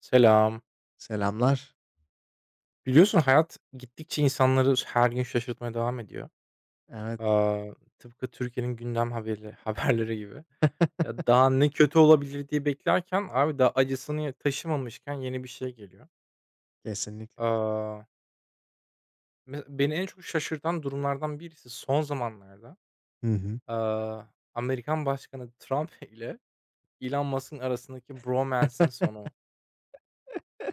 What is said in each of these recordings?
Selam. Selamlar. Biliyorsun hayat gittikçe insanları her gün şaşırtmaya devam ediyor. Evet, Aaa, Tıpkı Türkiye'nin gündem haberleri gibi. Ya, daha ne kötü olabilir diye beklerken abi daha acısını ya taşımamışken yeni bir şey geliyor. kesinlikle. Aaa, beni en çok şaşırtan durumlardan birisi son zamanlarda, Hı hı. aaa, Amerikan Başkanı Trump ile Elon Musk'ın arasındaki bromance'in sonu.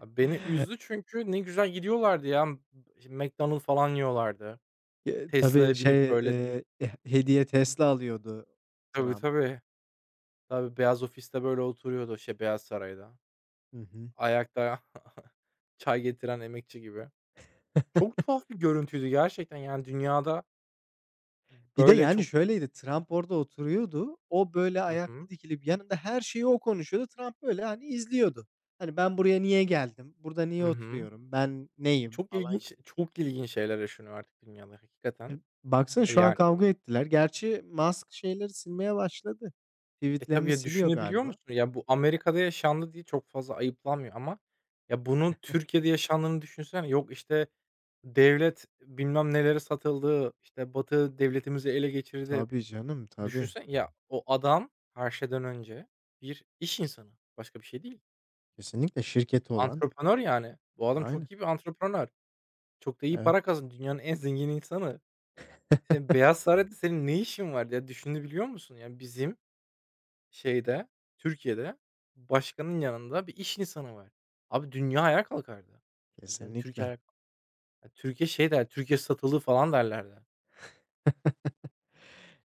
Ya, beni üzdü çünkü ne güzel gidiyorlardı ya. İşte McDonald's falan yiyorlardı. Tabii Tesla'ya şey, binip böyle. Hediye Tesla alıyordu Tabii, Trump. tabii. Tabii, Beyaz Ofis'te böyle oturuyordu, şey, Beyaz Saray'da. Hı hı. Ayakta çay getiren emekçi gibi. Çok tuhaf bir görüntüydü gerçekten, yani, dünyada Bir de, böyle yani, çok. şöyleydi, Trump orada oturuyordu. O, böyle, Hı hı. ayakta dikilip yanında her şeyi o konuşuyordu. Trump, böyle, hani, izliyordu. Hani, ben buraya niye geldim? Burada niye Hı hı. oturuyorum? Ben neyim? Çok Falan ilginç gibi. çok ilginç şeyler yaşanıyor artık dünyada E, hakikaten. baksana şu an Yani, kavga ettiler. Gerçi Musk şeyleri silmeye başladı. Tabii Tweet'lerini ya, siliyor düşünebiliyor galiba. musun? Ya, bu Amerika'da yaşandı diye çok fazla ayıplanmıyor ama ya, bunun Türkiye'de yaşandığını düşünsene. Yok, işte, devlet bilmem nelere satıldı, işte, Batı devletimizi ele geçirdi. Tabii canım, tabii. Düşünsen ya, o adam her şeyden önce bir iş insanı. Başka bir şey değil. Kesinlikle şirketi olan. Antreprenör yani. Bu adam Aynen. çok iyi bir antreprenör. Çok da iyi Evet, para kazanıyor. Dünyanın en zengin insanı. Senin Beyaz Saray'da senin ne işin var ya? Düşünebiliyor musun? Yani bizim şeyde, Türkiye'de başkanın yanında bir iş insanı var. Abi dünya ayağa kalkardı. Ya yani Türkiye kesinlikle. ayağa, ya Türkiye şey der, Türkiye satılığı falan derlerdi.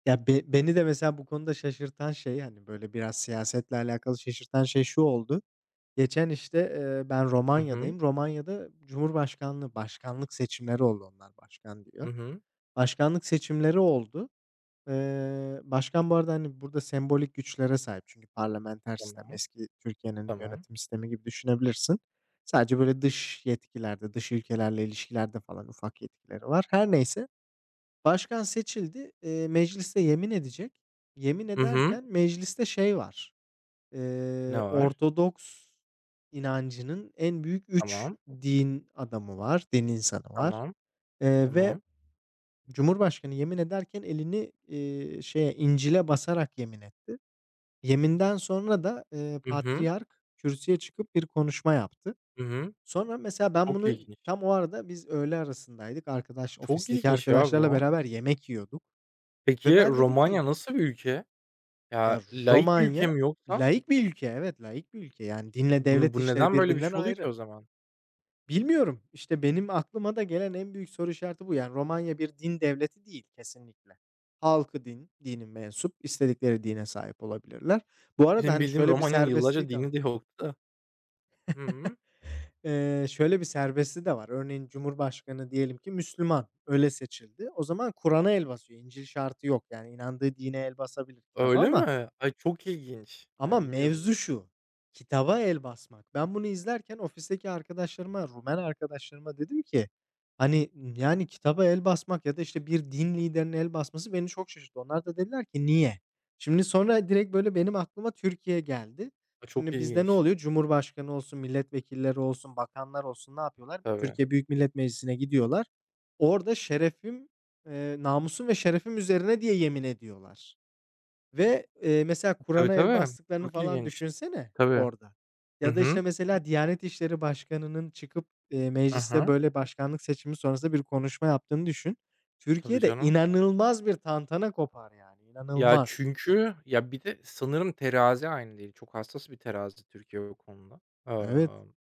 Ya, beni de mesela bu konuda şaşırtan şey, hani, böyle, biraz siyasetle alakalı şaşırtan şey şu oldu. Geçen, işte, ben Hı hı. Romanya'dayım. Romanya'da cumhurbaşkanlığı, başkanlık seçimleri oldu, onlar başkan Hı diyor. hı. Başkanlık seçimleri oldu. Başkan bu arada, hani, burada sembolik güçlere sahip, çünkü parlamenter sistem, Tamam. eski Türkiye'nin Tamam. yönetim sistemi gibi düşünebilirsin. Sadece, böyle, dış yetkilerde, dış ülkelerle ilişkilerde falan ufak yetkileri var. Her neyse, başkan seçildi, mecliste yemin edecek. Yemin Hı hı. ederken mecliste şey var, Ne var? Ortodoks inancının en büyük üç Tamam. din adamı var, din insanı var, Tamam. Ve Tamam. cumhurbaşkanı yemin ederken elini, şeye, İncil'e basarak yemin etti. Yeminden sonra da, Hı hı. patriyark kürsüye çıkıp bir konuşma yaptı. Hı hı. Sonra mesela ben Çok bunu ilginç. tam o arada biz öğle arasındaydık. Arkadaş, Çok ofisteki ilginç ya arkadaşlarla bu. beraber yemek yiyorduk ve Peki ben dedim ki. Romanya nasıl bir ülke? Ya, Ya, laik bir ülke Romanya mi yoksa? laik bir ülke, evet, laik bir ülke. Yani dinle Bunu devlet bu işleri neden böyle bir birbirinden şey oluyor ki ayrı. o zaman? Bilmiyorum, İşte benim aklıma da gelen en büyük soru işareti bu. Yani Romanya bir din devleti değil kesinlikle. Halkı din, dinin mensup, istedikleri dine sahip olabilirler. Bu arada, Benim hani, bildiğim şöyle bir Romanya'nın yıllarca serbestliği de var. dini de yoktu da. Hı. Şöyle bir serbestliği de var. Örneğin cumhurbaşkanı, diyelim ki Müslüman, öyle seçildi. O zaman Kur'an'a el basıyor. İncil şartı yok. Yani inandığı dine el basabilir, kitaba, Öyle ama. mi? Ay, çok ilginç. Ama Ay, bilmiyordum mevzu bunu. şu, kitaba el basmak. Ben bunu izlerken ofisteki arkadaşlarıma, Rumen arkadaşlarıma dedim ki, hani, yani, kitaba el basmak ya da, işte, bir din liderinin el basması beni çok şaşırttı. Onlar da dediler ki, "Niye?" Şimdi sonra direkt, böyle, benim aklıma Türkiye geldi. Ay, çok Şimdi bizde ne ilginç. oluyor? Cumhurbaşkanı olsun, milletvekilleri olsun, bakanlar olsun, ne yapıyorlar? Tabii. Türkiye Büyük Millet Meclisi'ne gidiyorlar. Orada şerefim, namusum ve şerefim üzerine diye yemin ediyorlar. Ve, mesela Tabii, Kur'an'a el tabii. bastıklarını Çok falan ilginç. düşünsene Tabii. orada. Hı Ya da, işte, hı. mesela Diyanet İşleri Başkanı'nın çıkıp, mecliste, Hı. böyle, başkanlık seçimi sonrası bir konuşma yaptığını düşün. Tabii Türkiye'de canım. inanılmaz bir tantana kopar yani, Ya, inanılmaz. çünkü ya, bir de sanırım terazi aynı değil. Çok hassas bir terazi Türkiye o konuda. Evet. Emm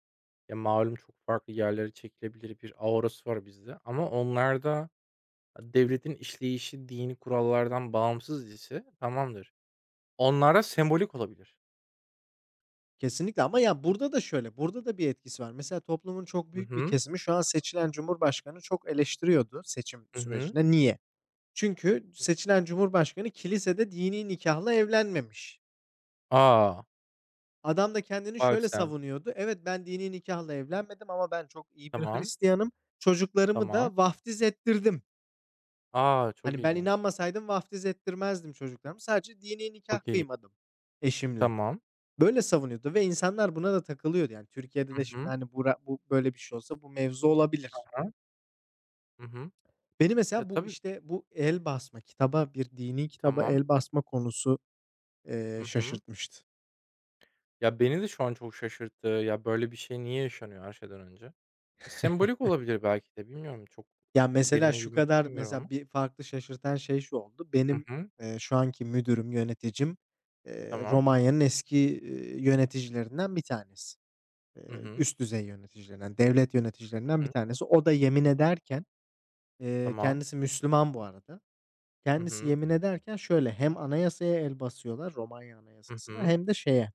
Ya, malum çok farklı yerlere çekilebilir bir aurası var bizde ama onlarda, devletin işleyişi dini kurallardan bağımsız ise tamamdır. Onlarda sembolik olabilir. Kesinlikle, ama ya, burada da şöyle, burada da bir etkisi var. Mesela toplumun çok Hı büyük bir hı. kesimi şu an seçilen cumhurbaşkanı çok eleştiriyordu seçim Hı hı. sürecinde. Niye? Çünkü seçilen cumhurbaşkanı kilisede dini nikâhla evlenmemiş. aa Adam da kendini Bak şöyle sen. savunuyordu. Evet, ben dini nikahla evlenmedim ama ben çok iyi bir Tamam, Hristiyanım. Çocuklarımı tamam. da vaftiz ettirdim. Çok Hani, ben ilginç. inanmasaydım vaftiz ettirmezdim çocuklarımı. Sadece dini nikah Çok ilginç. kıymadım eşimle. Tamam. Böyle savunuyordu ve insanlar buna da takılıyordu. Yani, Türkiye'de Hı de şimdi, hı. hani, bu böyle bir şey olsa bu mevzu Ha olabilir. ha. Hı hı. Beni Ya, mesela bu, tabii. işte, bu el basma, kitaba, bir dini kitaba Tamam. el basma konusu, Hı hı. şaşırtmıştı. Ya, beni de şu an çok şaşırttı. Ya, böyle bir şey niye yaşanıyor her şeyden önce? Sembolik olabilir belki de bilmiyorum. Çok Ya, çok mesela derine şu girmek kadar istemiyorum ama. mesela bir farklı şaşırtan şey şu oldu: Hı Benim, hı. Şu anki müdürüm, yöneticim, Tamam. Romanya'nın eski, yöneticilerinden bir tanesi. Hı hı. Üst düzey yöneticilerinden, devlet yöneticilerinden Hı bir hı. tanesi. O da yemin ederken, Tamam. kendisi Müslüman bu arada. Hı Kendisi hı. yemin ederken şöyle, hem anayasaya el basıyorlar, Romanya Hı Anayasası'na, hı. hem de şeye,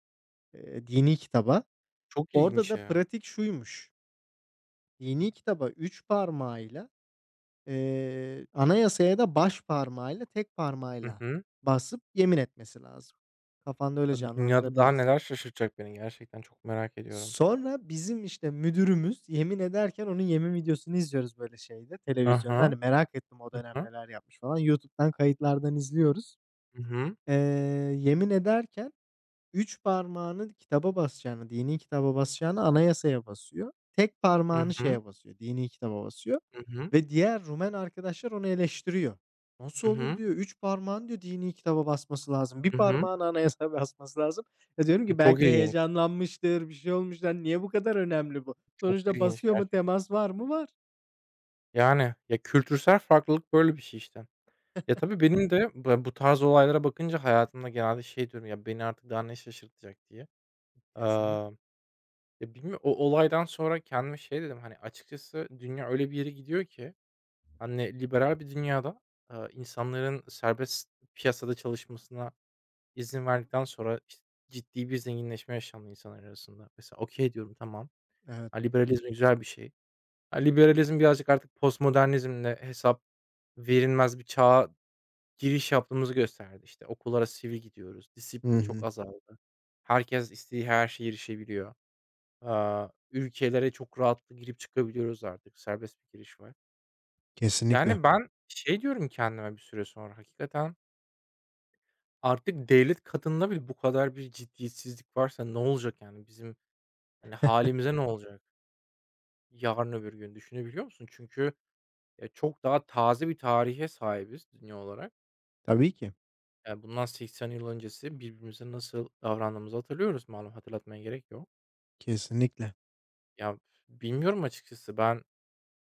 dini kitaba. Çok Orada ilginç da ya. pratik şuymuş: Dini kitaba 3 parmağıyla. Anayasaya da baş parmağıyla, tek Hı parmağıyla hı. basıp yemin etmesi lazım. Kafanda öyle A, dünyada daha canlandırabilirsin. neler şaşırtacak beni gerçekten çok merak ediyorum. Sonra bizim, işte, müdürümüz yemin ederken onun yemin videosunu izliyoruz, böyle, şeyde, Hı televizyonda. Hani, hı. merak ettim o Hı dönem hı. neler yapmış falan. YouTube'dan kayıtlardan izliyoruz. Hı hı. Eee, yemin ederken üç parmağını kitaba basacağını, dini kitaba basacağını, anayasaya basıyor. Tek Hı parmağını hı. şeye basıyor, dini kitaba basıyor Hı hı. ve diğer Rumen arkadaşlar onu eleştiriyor. "Nasıl Hı olur?" hı. diyor, "üç parmağın" diyor, "dini kitaba basması lazım. Bir Hı hı. parmağını anayasaya basması lazım." Ya, diyorum ki, Çok "Belki ilginç. heyecanlanmıştır, bir şey olmuştur. Hani, niye bu kadar önemli bu? Çok Sonuçta ilginç basıyor mu, gerçekten. temas var mı? Var." Yani, ya, kültürsel farklılık böyle bir şey işte. Ya, tabii benim de bu tarz olaylara bakınca hayatımda genelde şey diyorum, ya, beni artık daha ne şaşırtacak diye. Kesinlikle. Aaa, Ya, bilmiyorum o olaydan sonra kendime şey dedim, hani, açıkçası dünya öyle bir yere gidiyor ki hani, liberal bir dünyada, insanların serbest piyasada çalışmasına izin verdikten sonra, işte, ciddi bir zenginleşme yaşandı insanlar arasında. Mesela okey diyorum, tamam. Evet. Ha, liberalizm güzel bir şey. Ha, liberalizm birazcık artık postmodernizmle hesap verilmez bir çağa giriş yaptığımızı gösterdi. İşte, okullara sivil gidiyoruz, Hı disiplin çok hı. azaldı. Herkes istediği her şeye erişebiliyor. Ülkelere çok rahatlıkla girip çıkabiliyoruz artık, serbest bir giriş var. Kesinlikle. Yani, ben şey diyorum kendime bir süre sonra, hakikaten artık devlet katında bile bu kadar bir ciddiyetsizlik varsa ne olacak yani? Bizim, hani, hâlimize ne olacak yarın öbür gün düşünebiliyor musun? Çünkü, çok daha taze bir tarihe sahibiz dünya olarak. Tabii ki. Yani, bundan 80 yıl öncesi birbirimize nasıl davrandığımızı hatırlıyoruz malum, hatırlatmaya gerek yok. Kesinlikle. Ya, bilmiyorum açıkçası ben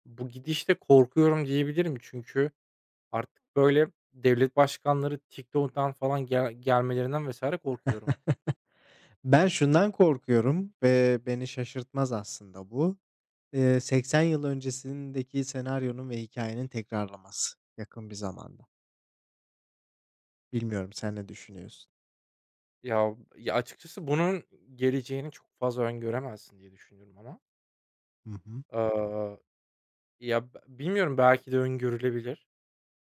bu gidişte korkuyorum diyebilirim çünkü artık, böyle, devlet başkanları TikTok'tan falan gelmelerinden vesaire korkuyorum. Ben şundan korkuyorum ve beni şaşırtmaz aslında bu. 80 yıl öncesindeki senaryonun ve hikâyenin tekrarlaması yakın bir zamanda. Bilmiyorum, sen ne düşünüyorsun? Ya, ya, açıkçası bunun geleceğini çok fazla öngöremezsin diye düşünüyorum ama. Hı hı. Aaa, Ya, bilmiyorum belki de öngörülebilir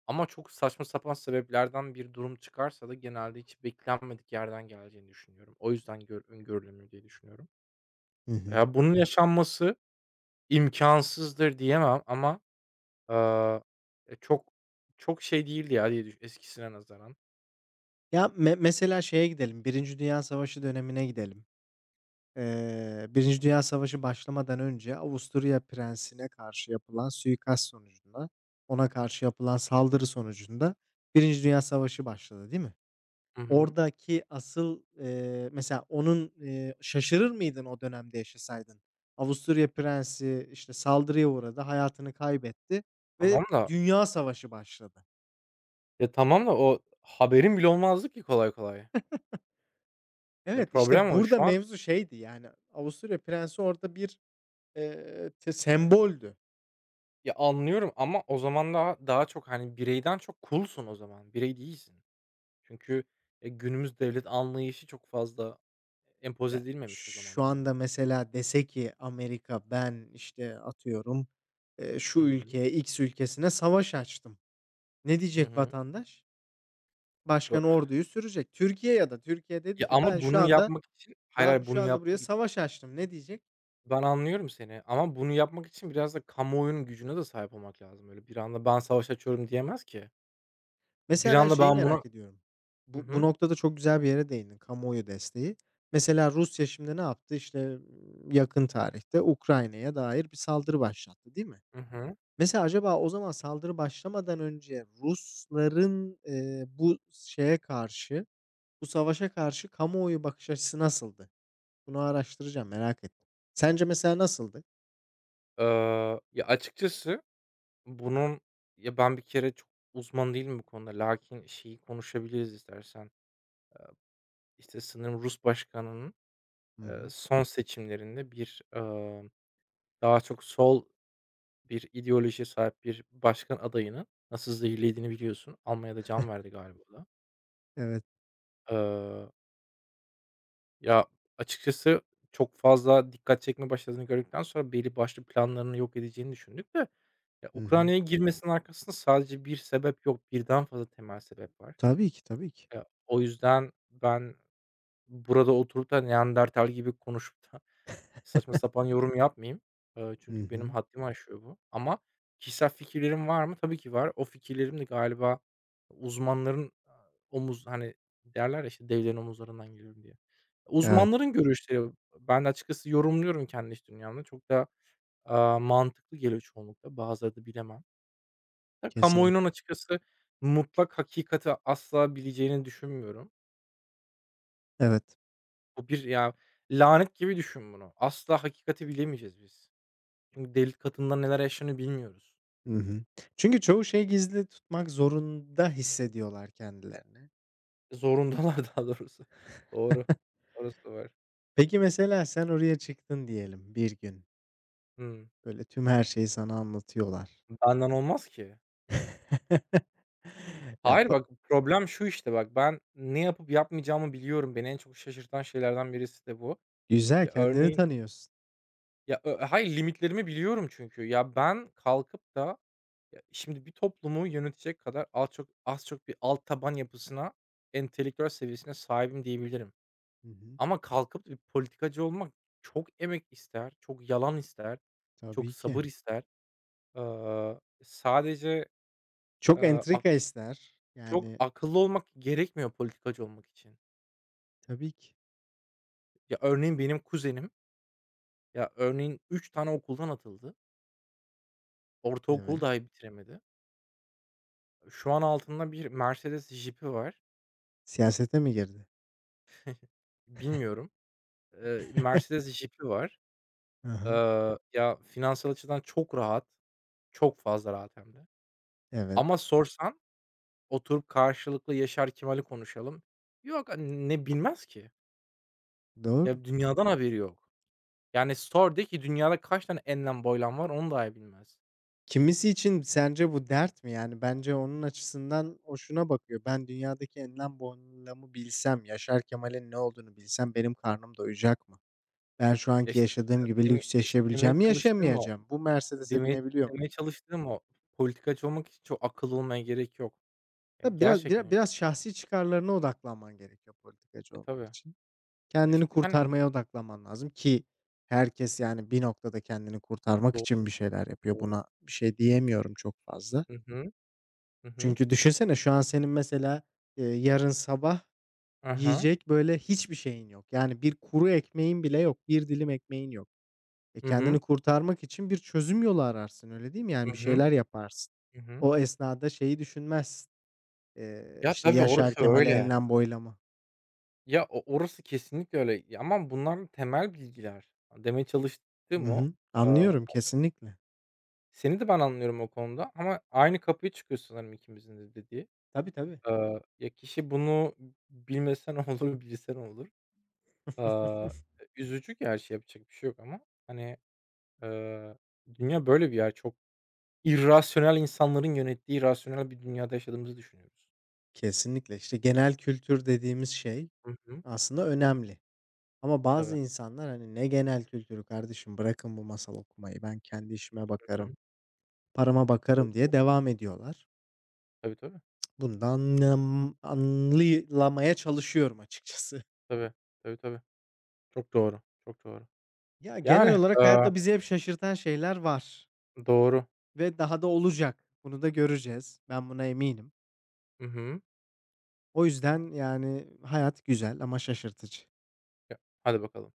ama çok saçma sapan sebeplerden bir durum çıkarsa da genelde hiç beklenmedik yerden geleceğini düşünüyorum. O yüzden öngörülemiyor diye düşünüyorum. Hı hı. Ya, bunun yaşanması imkansızdır diyemem ama, aaa, çok çok şey değildi ya diye eskisine nazaran. Ya, mesela şeye gidelim, Birinci Dünya Savaşı dönemine gidelim. 1. Dünya Savaşı başlamadan önce Avusturya prensine karşı yapılan suikast sonucunda, ona karşı yapılan saldırı sonucunda Birinci Dünya Savaşı başladı, değil mi? Hı hı. Oradaki asıl, mesela onun, şaşırır mıydın o dönemde yaşasaydın? Avusturya prensi, işte, saldırıya uğradı, hayatını kaybetti ve Tamam da, dünya savaşı başladı. ya, tamam da o haberin bile olmazdı ki kolay kolay. Ya, Evet, işte, problem o. burada Şu an, mevzu şeydi, yani, Avusturya prensi orada bir, te semboldü. ya, anlıyorum ama o zaman daha daha çok, hani, bireyden çok kulsun o zaman. Birey değilsin. Çünkü, günümüz devlet anlayışı çok fazla empoze Ya, edilmemiş o şu anda zamanlarda. mesela dese ki Amerika, "Ben, işte, atıyorum, şu Hı hı. ülkeye, X ülkesine savaş açtım." Ne Hı diyecek hı. vatandaş? Bö Başkan orduyu sürecek. Türkiye ya da Türkiye dedi Ya, ki, ben ama şu bunu anda yapmak için. Hayır, ben hayır, şu bunu anda buraya yapmak. savaş açtım. Ne diyecek? Ben anlıyorum seni ama bunu yapmak için biraz da kamuoyunun gücüne de sahip olmak lazım. Öyle bir anda ben savaş açıyorum diyemez ki. Bir Mesela ben anda şeyi ben buna. merak ediyorum. Hı Bu hı. noktada çok güzel bir yere değindin. Kamuoyu desteği. Mesela Rusya şimdi ne yaptı? İşte yakın tarihte Ukrayna'ya dair bir saldırı başlattı, değil mi? Hı hı. Mesela acaba o zaman saldırı başlamadan önce Rusların, bu şeye karşı, bu savaşa karşı kamuoyu bakış açısı nasıldı? Bunu araştıracağım, merak ettim. Sence mesela nasıldı? Ya, açıkçası bunun ya, ben bir kere çok uzman değilim bu konuda lakin şeyi konuşabiliriz istersen. İşte, sanırım Rus başkanının, Hı hı. son seçimlerinde bir, daha çok sol bir ideolojiye sahip bir başkan adayını nasıl zehirlediğini biliyorsun. Almanya'da can verdi galiba o da. Evet. Ya, açıkçası çok fazla dikkat çekme başladığını gördükten sonra belli başlı planlarını yok edeceğini düşündük de ya, Hı hı. Ukrayna'ya girmesinin arkasında sadece bir sebep yok, birden fazla temel sebep var. Tabii ki, tabii ki. O yüzden ben burada oturup da Neandertal gibi konuşup da saçma sapan yorum yapmayayım. Hı Çünkü benim hı. haddimi aşıyor bu ama kişisel fikirlerim var mı? Tabii ki var. O fikirlerim de galiba uzmanların, hani, derler ya, işte, "Devlerin omuzlarından geliyorum." diye. Evet, Uzmanların görüşleri. Ben de açıkçası yorumluyorum kendi iç dünyamda. Çok da, mantıklı geliyor çoğunlukla. Bazıları da bilemem. Ya, kesinlikle. kamuoyunun açıkçası mutlak hakikati asla bileceğini düşünmüyorum. Evet. Bu bir ya, lanet gibi düşün bunu. Asla hakikati bilemeyeceğiz biz. Çünkü devlet katında neler yaşanıyor bilmiyoruz. Hı hı. Çünkü çoğu şeyi gizli tutmak zorunda hissediyorlar kendilerini. Zorundalar daha doğrusu. Doğru. Orası da var. Peki, mesela sen oraya çıktın diyelim bir gün. Hımm. Böyle tüm her şeyi sana anlatıyorlar. Benden olmaz ki. Ya, Hayır bak, problem şu işte bak, ben ne yapıp yapmayacağımı biliyorum. Beni en çok şaşırtan şeylerden birisi de bu. güzel, Ya, kendini örneğin tanıyorsun. ya, hayır, limitlerimi biliyorum çünkü. Ya, ben kalkıp da ya, şimdi bir toplumu yönetecek kadar az çok az çok bir alt taban yapısına, entelektüel seviyesine sahibim diyebilirim. Hı hı. Ama kalkıp bir politikacı olmak çok emek ister, çok yalan ister, çok Tabii ki. sabır ister. Sadece, Çok eee, ak entrika ister. çok Yani, akıllı olmak gerekmiyor politikacı olmak için. tabii ki. Ya, örneğin benim kuzenim, ya, örneğin 3 tane okuldan atıldı. Ortaokulu Evet. dahi bitiremedi. Şu an altında bir Mercedes Jeep'i var. Siyasete mi girdi? Bilmiyorum. Mercedes Jeep'i var. Hı. Ya, finansal açıdan çok rahat, çok fazla rahat hem de. Evet. Ama sorsan. Oturup karşılıklı Yaşar Kemal'i konuşalım. Yok, hani, ne bilmez ki. Doğru. Ya, dünyadan haberi yok. Yani, sor de ki dünyada kaç tane enlem boylam var onu dahi bilmez. Kimisi için sence bu dert mi? Yani, bence onun açısından o şuna bakıyor: "Ben dünyadaki enlem boylamı bilsem, Yaşar Kemal'in ne olduğunu bilsem benim karnım doyacak mı? Ben şu Ya, anki işte, yaşadığım gibi lüks demeye yaşayabileceğim mi, çalıştığım o. yaşayamayacağım? Bu Mercedes'e Demeye binebiliyor demeye muyum?" çalıştığım o. Politikacı olmak için çok akıllı olmaya gerek yok. Ya, Tabii biraz gerçekten bira yok. biraz şahsi çıkarlarına odaklanman gerekiyor politikacı E, olmak tabii. için. Ya, Kendini işte, hani. kurtarmaya odaklanman lazım ki, herkes, yani, bir noktada kendini kurtarmak Doğru, için bir şeyler yapıyor. doğru. Buna bir şey diyemiyorum çok fazla. Hı hı. Hı hı. Çünkü düşünsene şu an senin mesela, yarın sabah Hı hı. yiyecek böyle hiçbir şeyin yok. Yani bir kuru ekmeğin bile yok, bir dilim ekmeğin yok. E, Hı hı. kendini kurtarmak için bir çözüm yolu ararsın, öyle değil mi? Hı Yani bir hı. şeyler yaparsın. Hı hı. O esnada şeyi düşünmezsin, Ya, işte, tabii Yaşar orası Kemal'e, öyle. enlem boylama. Ya, orası kesinlikle öyle. Ya, ama bunlar temel bilgiler. Demeye Hı çalıştığım o. hı. Aaa, Anlıyorum kesinlikle. Seni de ben anlıyorum o konuda ama aynı kapıya çıkıyor sanırım ikimizin de dediği. Tabii, tabii. Ya, kişi bunu bilmesen olur, bilse ne olur? Aa, Üzücü her şey yapacak bir şey yok ama, hani, eee, dünya böyle bir yer. Çok irrasyonel insanların yönettiği irrasyonel bir dünyada yaşadığımızı düşünüyoruz. Kesinlikle. İşte genel kültür dediğimiz şey Hı hı. aslında önemli. Ama Tabii. bazı insanlar, hani, "Ne genel kültürü kardeşim, bırakın bu masal okumayı, ben kendi işime Hı bakarım, hı. parama Tabii, bakarım." diye tabii. devam ediyorlar. Tabii, tabii. Bunu da anlayılamaya çalışıyorum açıkçası. Tabii, tabii, tabii. Çok doğru, çok doğru. Ya, genel Yani, olarak hayatta bizi hep şaşırtan şeyler var doğru. ve daha da olacak. Bunu da göreceğiz. Ben buna eminim. Hı hı. O yüzden, yani, hayat güzel ama şaşırtıcı. Ya, hadi bakalım.